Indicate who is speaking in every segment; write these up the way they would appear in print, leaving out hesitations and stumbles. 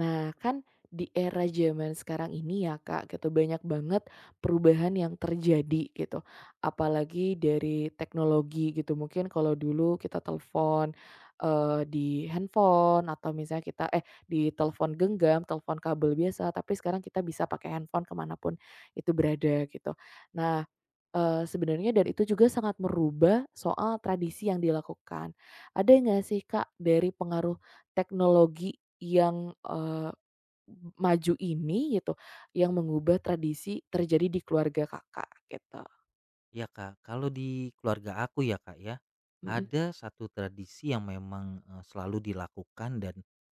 Speaker 1: Nah, kan di era zaman sekarang ini ya Kak, gitu banyak banget perubahan yang terjadi gitu. Apalagi dari teknologi gitu. Mungkin kalau dulu kita telepon di handphone atau misalnya kita di telepon genggam, telepon kabel biasa, tapi sekarang kita bisa pakai handphone kemanapun itu berada gitu. Nah, sebenarnya dan itu juga sangat merubah soal tradisi yang dilakukan. Ada nggak sih Kak dari pengaruh teknologi yang, maju ini gitu, yang mengubah tradisi terjadi di keluarga Kakak gitu?
Speaker 2: Ya Kak, kalau di keluarga aku ya Kak ya,
Speaker 1: Mhm,
Speaker 2: ada satu tradisi yang memang, selalu dilakukan dan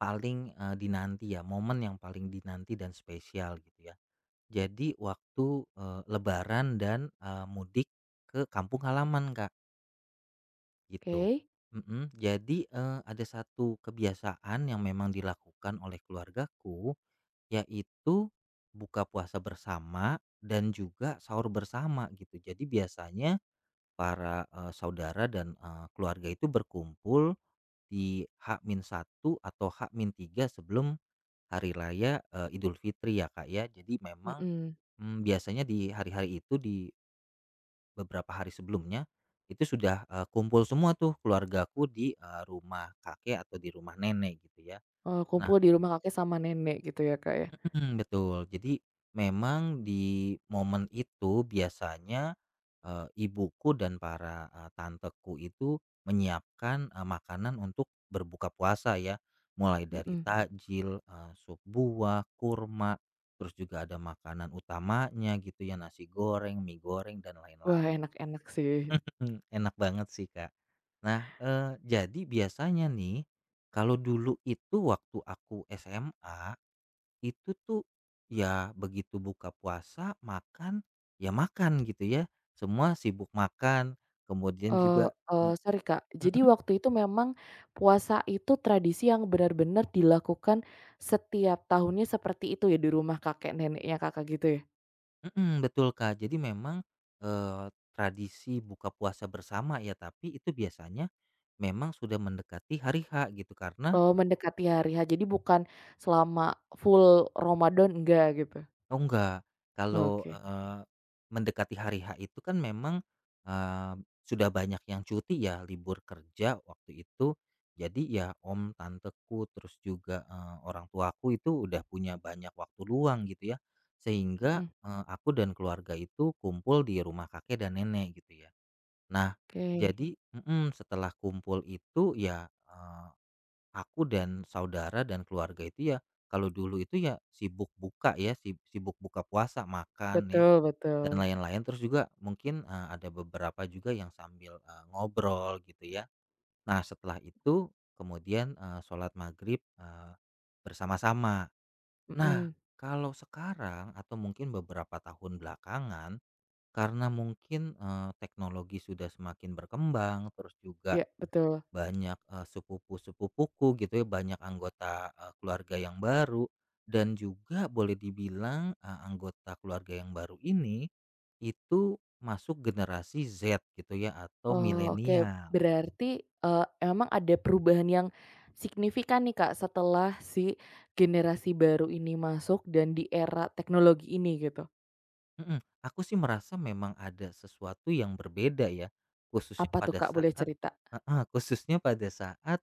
Speaker 2: paling, dinanti ya, momen yang paling dinanti dan spesial gitu ya. Jadi waktu, lebaran dan, mudik ke kampung halaman Kak, gitu.
Speaker 1: oke,
Speaker 2: Mhm, jadi, ada satu kebiasaan yang memang dilakukan oleh keluargaku, yaitu buka puasa bersama dan juga sahur bersama gitu. Jadi biasanya para, saudara dan, keluarga itu berkumpul di h min satu atau h min tiga sebelum hari raya, Idul Fitri ya, Kak, ya. Jadi memang,
Speaker 1: mhm.
Speaker 2: biasanya di hari-hari itu di beberapa hari sebelumnya itu sudah, kumpul semua tuh keluargaku di, rumah kakek atau di rumah nenek gitu ya.
Speaker 1: Oh,
Speaker 2: Nah,
Speaker 1: kumpul di rumah kakek sama nenek gitu ya, Kak, ya?
Speaker 2: mhm, betul. Jadi memang di momen itu biasanya, ibuku dan para, tanteku itu menyiapkan, makanan untuk berbuka puasa ya. Mulai dari
Speaker 1: Mhm.
Speaker 2: takjil, sup buah, kurma, terus juga ada makanan utamanya gitu ya, nasi goreng, mie goreng, dan
Speaker 1: Wah,
Speaker 2: lain-lain.
Speaker 1: enak-enak sih.
Speaker 2: Enak banget sih, Kak. Nah, jadi biasanya nih, kalau dulu itu waktu aku SMA itu tuh, ya begitu buka puasa, makan, ya makan gitu ya, semua sibuk makan, kemudian
Speaker 1: Eee
Speaker 2: juga mu
Speaker 1: eee, Sorry, Kak, jadi
Speaker 2: mhm.
Speaker 1: waktu itu memang puasa itu tradisi yang benar-benar dilakukan setiap tahunnya seperti itu ya di rumah kakek neneknya Kakak gitu ya?
Speaker 2: Mhm, betul Kak. Jadi memang, eee, tradisi buka puasa bersama ya, tapi itu biasanya memang sudah mendekati hari H gitu, karena
Speaker 1: Oh, mendekati hari H, jadi bukan selama full Ramadan enggak gitu?
Speaker 2: oh enggak, kalau,
Speaker 1: Oke,
Speaker 2: mendekati hari H itu kan memang, eee, sudah banyak yang cuti ya, libur kerja waktu itu. Jadi ya om, tanteku, terus juga, orang tuaku itu udah punya banyak waktu luang gitu ya. Sehingga,
Speaker 1: mhm.
Speaker 2: aku dan keluarga itu kumpul di rumah kakek dan nenek gitu ya. Nah,
Speaker 1: Oke,
Speaker 2: jadi mhm, setelah kumpul itu ya, aku dan saudara dan keluarga itu ya, kalau dulu itu ya sibuk buka ya, sibuk buka puasa, makan ya,
Speaker 1: betul
Speaker 2: dan
Speaker 1: betul,
Speaker 2: lain-lain. Terus juga mungkin, ada beberapa juga yang sambil, ngobrol gitu ya. Nah setelah itu kemudian, sholat maghrib, bersama-sama. Nah,
Speaker 1: mhm,
Speaker 2: kalau sekarang atau mungkin beberapa tahun belakangan, karena mungkin, teknologi sudah semakin berkembang, terus juga
Speaker 1: iya betul.
Speaker 2: banyak, sepupu-sepupuku gitu ya, banyak anggota, keluarga yang baru dan juga boleh dibilang, anggota keluarga yang baru ini, itu masuk generasi Z gitu ya atau
Speaker 1: Oh, oke,
Speaker 2: milenial.
Speaker 1: berarti, emang ada perubahan yang signifikan nih, Kak, setelah si generasi baru ini masuk dan di era teknologi ini gitu.
Speaker 2: Mhm, aku sih merasa memang ada sesuatu yang berbeda ya, khususnya
Speaker 1: Apa tuh,
Speaker 2: pada
Speaker 1: Kak, boleh
Speaker 2: saat
Speaker 1: cerita?
Speaker 2: heeh, khususnya pada saat,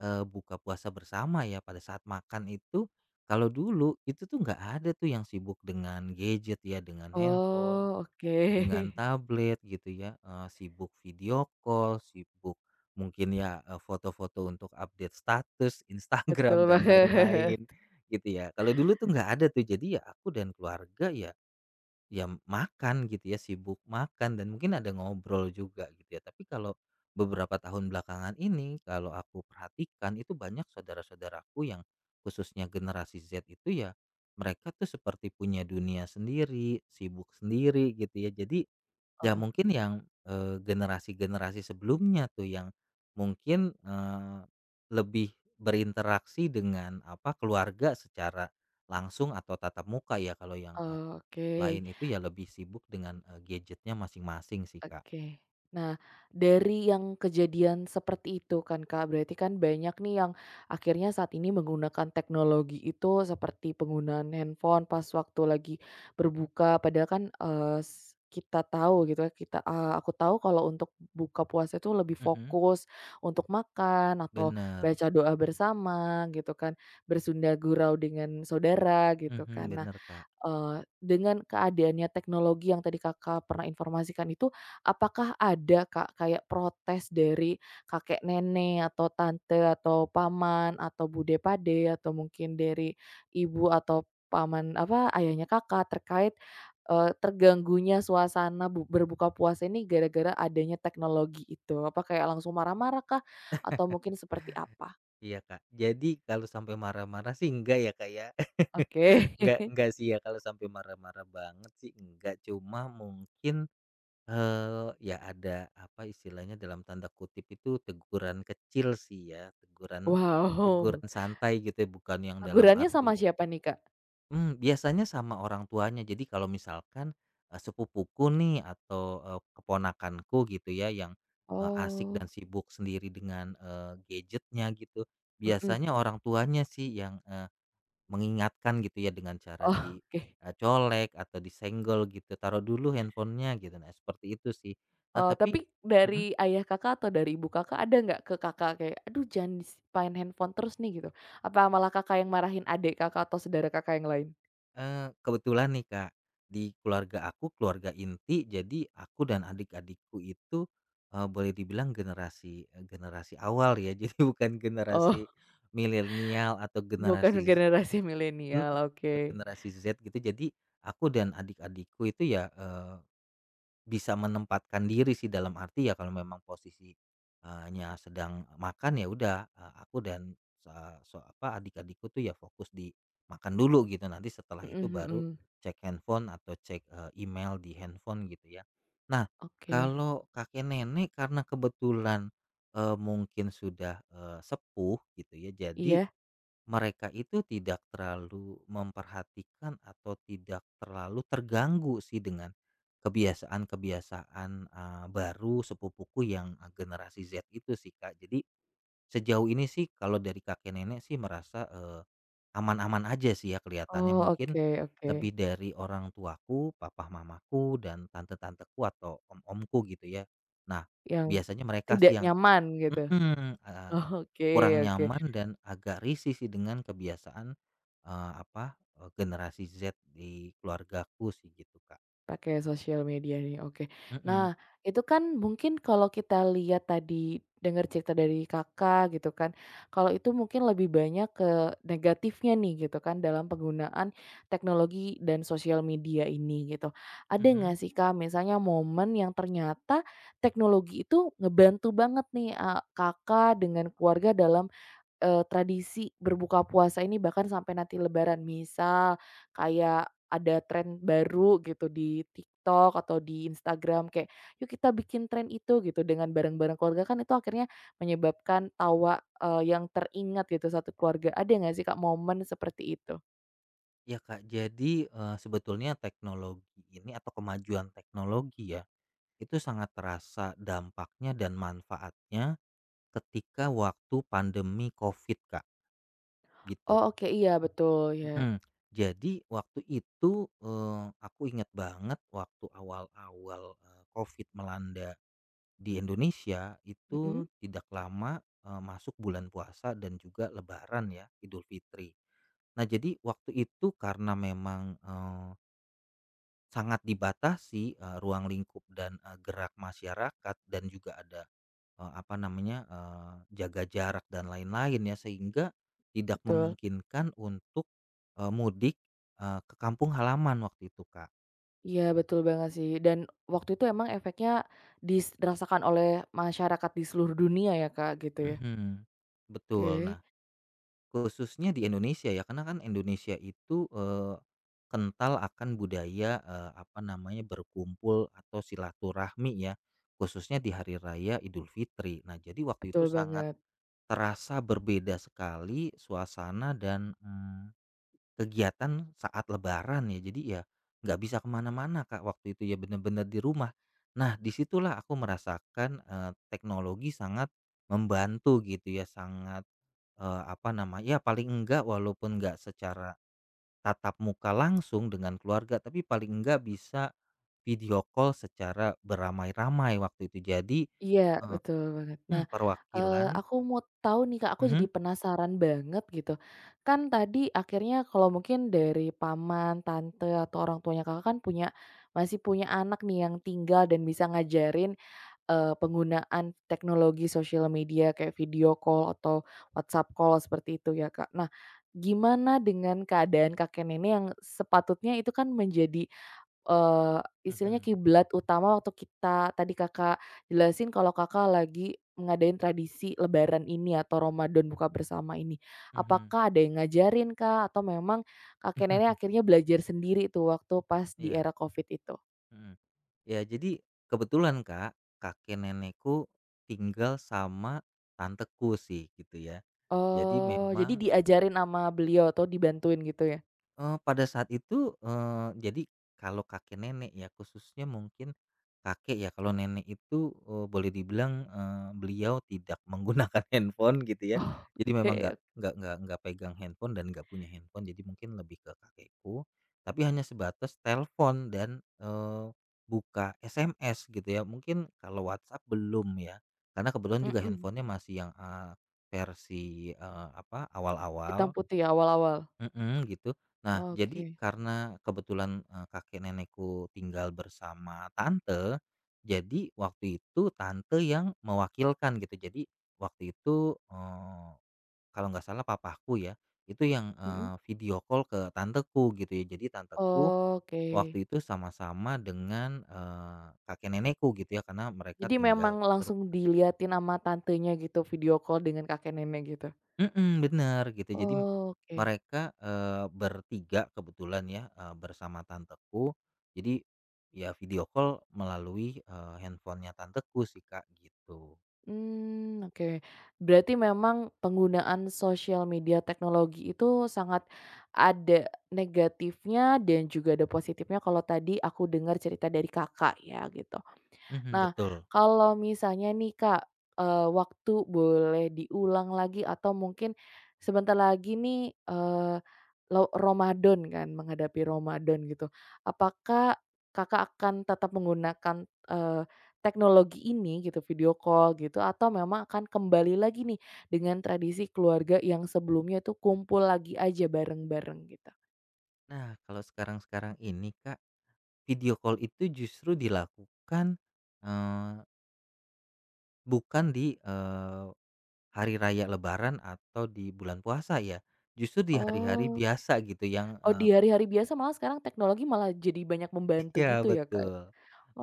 Speaker 2: buka puasa bersama ya, pada saat makan itu, kalau dulu itu tuh nggak ada tuh yang sibuk dengan gadget ya, dengan handphone,
Speaker 1: Oh, oke.
Speaker 2: dengan tablet gitu ya, sibuk video call, sibuk mungkin ya, foto-foto untuk update status Instagram
Speaker 1: Betul
Speaker 2: dan
Speaker 1: banget.
Speaker 2: lain-lain gitu ya. Kalau dulu tuh nggak ada tuh, jadi ya aku dan keluarga ya ya makan gitu ya, sibuk makan dan mungkin ada ngobrol juga gitu ya. Tapi kalau beberapa tahun belakangan ini, kalau aku perhatikan itu banyak saudara-saudaraku yang khususnya generasi Z itu ya, mereka tuh seperti punya dunia sendiri, sibuk sendiri gitu ya. Jadi ya
Speaker 1: Heeh,
Speaker 2: mungkin yang, generasi-generasi sebelumnya tuh yang mungkin, lebih berinteraksi dengan, apa, keluarga secara langsung atau tatap muka ya kalau yang,
Speaker 1: oke.
Speaker 2: lain itu ya lebih sibuk dengan, gadgetnya masing-masing sih, Kak.
Speaker 1: Oke. Nah, dari yang kejadian seperti itu kan Kak, berarti kan banyak nih yang akhirnya saat ini menggunakan teknologi itu seperti penggunaan handphone pas waktu lagi berbuka, padahal kan, eee, s kita tahu gitu ya, kita eee, aku tahu kalau untuk buka puasa itu lebih
Speaker 2: Mhm,
Speaker 1: fokus untuk makan atau
Speaker 2: bener,
Speaker 1: baca doa bersama gitu kan, bersunda gurau dengan saudara gitu
Speaker 2: mhm,
Speaker 1: kan. Nah,
Speaker 2: bener, Kak.
Speaker 1: Dengan keadaannya teknologi yang tadi Kakak pernah informasikan itu, apakah ada Kak kayak protes dari kakek nenek atau tante atau paman atau bude pade atau mungkin dari ibu atau paman apa, ayahnya Kakak terkait, terganggunya suasana bu berbuka puasa ini gara-gara adanya teknologi itu? Apa kayak langsung marah-marah kah atau mungkin seperti apa?
Speaker 2: Iya, Kak. Jadi kalau sampai marah-marah sih enggak ya, Kak, ya.
Speaker 1: Oke.
Speaker 2: Enggak sih ya kalau sampai marah-marah banget sih enggak, cuma mungkin ya ada, apa istilahnya, dalam tanda kutip itu teguran kecil sih ya, teguran
Speaker 1: Wow,
Speaker 2: teguran santai gitu ya, bukan yang dalam
Speaker 1: tegurannya sama
Speaker 2: arti
Speaker 1: siapa nih Kak?
Speaker 2: mmm, biasanya sama orang tuanya. Jadi kalau misalkan, sepupuku nih atau, keponakanku gitu ya yang, asik dan
Speaker 1: Oh.
Speaker 2: sibuk sendiri dengan, gadget gitu,
Speaker 1: Mhm.
Speaker 2: biasanya orang tuanya sih yang mengingatkan gitu ya dengan cara
Speaker 1: Oh,
Speaker 2: dicolek
Speaker 1: oke.
Speaker 2: atau disenggol gitu, "Taruh dulu handphonenya gitu." Nah, seperti itu sih. Nah,
Speaker 1: Oh,
Speaker 2: tapi
Speaker 1: tapi
Speaker 2: mhm,
Speaker 1: dari ayah Kakak atau dari ibu Kakak ada nggak ke Kakak kayak, "Aduh jangan dis main handphone terus nih," gitu? Apa malah Kakak yang marahin adik Kakak atau saudara Kakak yang lain?
Speaker 2: kebetulan nih, Kak, di keluarga aku, keluarga inti, jadi aku dan adik-adikku itu, boleh dibilang generasi awal ya, jadi bukan
Speaker 1: Oh,
Speaker 2: generasi milenial atau
Speaker 1: bukan
Speaker 2: generasi z,
Speaker 1: generasi
Speaker 2: mhm,
Speaker 1: milenial,
Speaker 2: atau
Speaker 1: oke.
Speaker 2: generasi Z gitu. Jadi aku dan adik-adikku itu ya, bisa menempatkan diri sih dalam arti ya kalau memang posisinya sedang makan ya udah, aku dan se se apa, adik-adikku tuh ya fokus di makan dulu gitu, nanti setelah itu
Speaker 1: Mhm
Speaker 2: baru
Speaker 1: mhm.
Speaker 2: cek handphone atau cek, email di handphone gitu ya. Nah,
Speaker 1: Oke.
Speaker 2: kalau kakek nenek karena kebetulan, mungkin sudah, sepuh gitu ya, jadi
Speaker 1: Iya?
Speaker 2: mereka itu tidak terlalu memperhatikan atau tidak terlalu terganggu sih dengan kebiasaan-kebiasaan, baru sepupuku yang, generasi Z itu sih, Kak. Jadi sejauh ini sih kalau dari kakek nenek sih merasa, aman-aman aja sih ya kelihatannya.
Speaker 1: Oh,
Speaker 2: Mungkin
Speaker 1: oke, oke.
Speaker 2: lebih dari orang tuaku, papa mamaku, dan tante-tanteku atau om-omku gitu ya. Nah,
Speaker 1: Yang
Speaker 2: biasanya mereka sih
Speaker 1: tidak
Speaker 2: yang
Speaker 1: nyaman gitu?
Speaker 2: mhm, heeh.
Speaker 1: Oh, oke,
Speaker 2: Kurang
Speaker 1: oke.
Speaker 2: nyaman dan agak risih sih dengan kebiasaan, apa, generasi Z di keluargaku sih gitu, Kak.
Speaker 1: Pakai sosial media nih, oke.
Speaker 2: Mhm.
Speaker 1: Nah, itu kan mungkin kalau kita lihat tadi, dengar cerita dari Kakak gitu kan, kalau itu mungkin lebih banyak ke negatifnya nih gitu kan dalam penggunaan teknologi dan sosial media ini gitu. Ada
Speaker 2: Mhm.
Speaker 1: nggak sih Kak misalnya momen yang ternyata teknologi itu ngebantu banget nih, Kakak dengan keluarga dalam, tradisi berbuka puasa ini bahkan sampai nanti lebaran. Misal kayak ada tren baru gitu di TikTok atau di Instagram kayak, "Yuk kita bikin tren itu," gitu dengan bareng-bareng keluarga kan itu akhirnya menyebabkan tawa, yang teringat gitu satu keluarga. Ada nggak sih, Kak, momen seperti itu?
Speaker 2: Iya, Kak. Jadi, sebetulnya teknologi ini atau kemajuan teknologi ya, itu sangat terasa dampaknya dan manfaatnya ketika waktu pandemi Covid, Kak,
Speaker 1: Oh,
Speaker 2: gitu.
Speaker 1: oke, iya betul, ya.
Speaker 2: Mhm. Jadi waktu itu, aku ingat banget waktu awal-awal, Covid melanda di Indonesia
Speaker 1: Mhm,
Speaker 2: itu tidak lama, masuk bulan puasa dan juga lebaran ya, Idul Fitri. Nah jadi waktu itu karena memang, sangat dibatasi, ruang lingkup dan, gerak masyarakat dan juga ada, apa namanya, jaga jarak dan lain-lain ya, sehingga tidak
Speaker 1: betul.
Speaker 2: memungkinkan untuk, mudik, ke kampung halaman waktu itu, Kak.
Speaker 1: Iya betul banget sih dan waktu itu emang efeknya dirasakan oleh masyarakat di seluruh dunia ya, Kak, gitu ya.
Speaker 2: Mhm. Betul.
Speaker 1: Oke,
Speaker 2: Nah, khususnya di Indonesia ya, karena kan Indonesia itu, kental akan budaya, apa namanya, berkumpul atau silaturahmi ya, khususnya di hari raya Idul Fitri. Nah, jadi waktu itu
Speaker 1: betul
Speaker 2: sangat
Speaker 1: banget.
Speaker 2: terasa berbeda sekali suasana dan, mmm, kegiatan saat lebaran ya. Jadi ya nggak bisa kemana-mana Kak waktu itu ya, bener-bener di rumah. Nah, disitulah aku merasakan, teknologi sangat membantu gitu ya, sangat apa nama ya paling enggak walaupun enggak secara tatap muka langsung dengan keluarga, tapi paling enggak bisa video call secara beramai-ramai waktu itu. Jadi,
Speaker 1: Iya,
Speaker 2: eee
Speaker 1: betul banget. Nah,
Speaker 2: mhm, perwakilan
Speaker 1: aku mau tahu nih, Kak, aku
Speaker 2: mhm.
Speaker 1: jadi penasaran banget gitu. Kan tadi akhirnya kalau mungkin dari paman, tante, atau orang tuanya Kakak kan masih punya anak nih yang tinggal dan bisa ngajarin, penggunaan teknologi sosial media kayak video call atau WhatsApp call seperti itu ya, Kak. Nah, gimana dengan keadaan kakek nenek yang sepatutnya itu kan menjadi, Eee, istilahnya
Speaker 2: Mhm
Speaker 1: kiblat utama waktu kita tadi Kakak jelasin kalau Kakak lagi ngadain tradisi lebaran ini atau Ramadan buka bersama ini.
Speaker 2: mhm.
Speaker 1: Apakah ada yang ngajarin kah atau memang kakek nenek akhirnya belajar sendiri tuh waktu pas di
Speaker 2: Iya,
Speaker 1: era Covid itu?
Speaker 2: mhm. Ya jadi kebetulan Kak, kakek nenekku tinggal sama tanteku sih gitu ya. Jadi
Speaker 1: Oh, jadi
Speaker 2: memang
Speaker 1: diajarin sama beliau atau dibantuin gitu ya?
Speaker 2: Pada saat itu, jadi kalau kakek nenek ya khususnya mungkin kakek ya, kalau nenek itu, boleh dibilang, beliau tidak menggunakan handphone gitu ya.
Speaker 1: Oh,
Speaker 2: Jadi memang nggak
Speaker 1: oke.
Speaker 2: nggak nggak nggak pegang handphone dan nggak punya handphone, jadi mungkin lebih ke kakekku, tapi hanya sebatas telepon dan, buka SMS gitu ya. Mungkin kalau WhatsApp belum ya, karena kebetulan juga
Speaker 1: Mhm.
Speaker 2: handphonenya masih yang, versi, apa
Speaker 1: Hitam
Speaker 2: awal-awal.
Speaker 1: putih ya awal-awal?
Speaker 2: Mhm, gitu. Nah, jadi
Speaker 1: Oke.
Speaker 2: karena kebetulan, kakek nenekku tinggal bersama tante, jadi waktu itu tante yang mewakilkan gitu. Jadi waktu itu, kalau nggak salah papaku ya, itu yang,
Speaker 1: Mhm.
Speaker 2: video call ke tanteku gitu ya. Jadi tanteku
Speaker 1: Oke.
Speaker 2: waktu itu sama-sama dengan, kakek nenekku gitu ya, karena mereka
Speaker 1: Jadi memang
Speaker 2: tinggal seru,
Speaker 1: langsung diliatin sama tantenya gitu, video call dengan kakek nenek gitu?
Speaker 2: mhm, bener gitu. Jadi
Speaker 1: Oh, oke,
Speaker 2: mereka, bertiga kebetulan ya, bersama tanteku. Jadi ya video call melalui, handphonenya tanteku sih, Kak, gitu.
Speaker 1: hmm, oke. Berarti memang penggunaan sosial media teknologi itu sangat ada negatifnya dan juga ada positifnya kalau tadi aku dengar cerita dari Kakak ya gitu.
Speaker 2: Mhm,
Speaker 1: Nah,
Speaker 2: betul.
Speaker 1: kalau misalnya nih Kak, waktu boleh diulang lagi atau mungkin sebentar lagi nih, eee, lo Ramadan kan, menghadapi Ramadan gitu. Apakah Kakak akan tetap menggunakan, teknologi ini gitu, video call gitu, atau memang akan kembali lagi nih dengan tradisi keluarga yang sebelumnya tuh kumpul lagi aja bareng-bareng gitu?
Speaker 2: Nah, kalau sekarang-sekarang ini, Kak, video call itu justru dilakukan, eee, bukan di, hari raya lebaran atau di bulan puasa ya, justru di hari-hari
Speaker 1: Oh,
Speaker 2: biasa gitu yang,
Speaker 1: oh di hari-hari biasa malah sekarang teknologi malah jadi banyak membantu
Speaker 2: iya
Speaker 1: gitu ya Kak?
Speaker 2: betul,
Speaker 1: Ya?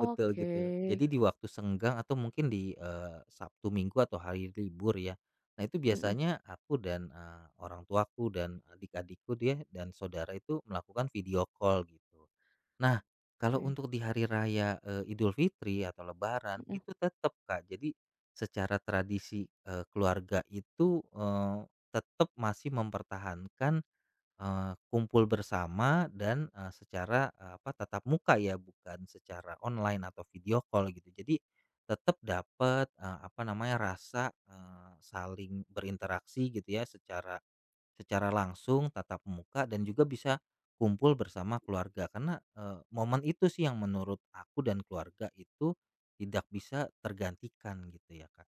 Speaker 2: betul gitu. Jadi di waktu senggang atau mungkin di, Sabtu, Minggu atau hari libur ya. Nah itu
Speaker 1: mhm,
Speaker 2: biasanya aku dan, orang tuaku dan adik-adikku dia dan saudara itu melakukan video call gitu. Nah kalau
Speaker 1: oke,
Speaker 2: untuk di hari raya, Idul Fitri atau Lebaran
Speaker 1: mhm.
Speaker 2: itu tetap Kak, jadi secara tradisi, keluarga itu, tetap masih mempertahankan kumpul bersama dan, secara, apa, tatap muka ya, bukan secara online atau video call gitu. Jadi tetap dapat, apa namanya, rasa, saling berinteraksi gitu ya, secara secara langsung tatap muka dan juga bisa kumpul bersama keluarga. Karena, momen itu sih yang menurut aku dan keluarga itu tidak bisa tergantikan gitu ya, Kak.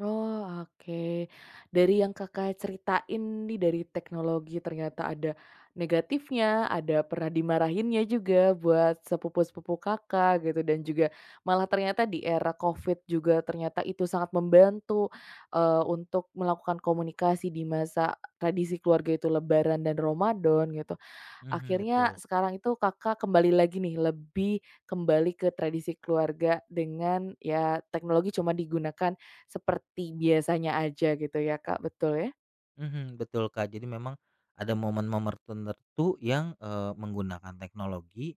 Speaker 1: Oh, oke. Dari yang Kakak ceritain nih dari teknologi ternyata ada negatifnya, ada pernah dimarahinnya juga buat sepupu-sepupu Kakak gitu dan juga malah ternyata di era Covid juga ternyata itu sangat membantu, untuk melakukan komunikasi di masa tradisi keluarga itu Lebaran dan Ramadan gitu.
Speaker 2: Mhm,
Speaker 1: Akhirnya
Speaker 2: betul.
Speaker 1: sekarang itu Kakak kembali lagi nih, lebih kembali ke tradisi keluarga dengan ya teknologi cuma digunakan seperti biasanya aja gitu ya Kak, betul ya?
Speaker 2: Mhm, betul Kak, jadi memang ada momen-momen tertentu yang, menggunakan teknologi,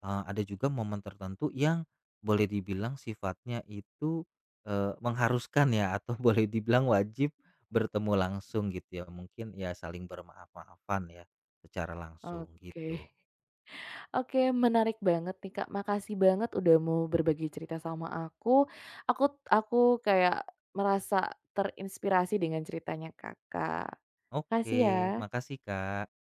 Speaker 2: ada juga momen tertentu yang boleh dibilang sifatnya itu, mengharuskan ya atau boleh dibilang wajib bertemu langsung gitu ya, mungkin ya saling bermaaf-maafan ya secara langsung
Speaker 1: Oke.
Speaker 2: gitu.
Speaker 1: Oke, menarik banget nih Kak, makasih banget udah mau berbagi cerita sama aku. Aku kayak merasa terinspirasi dengan ceritanya Kakak.
Speaker 2: Oke,
Speaker 1: Makasih ya.
Speaker 2: makasih Kak.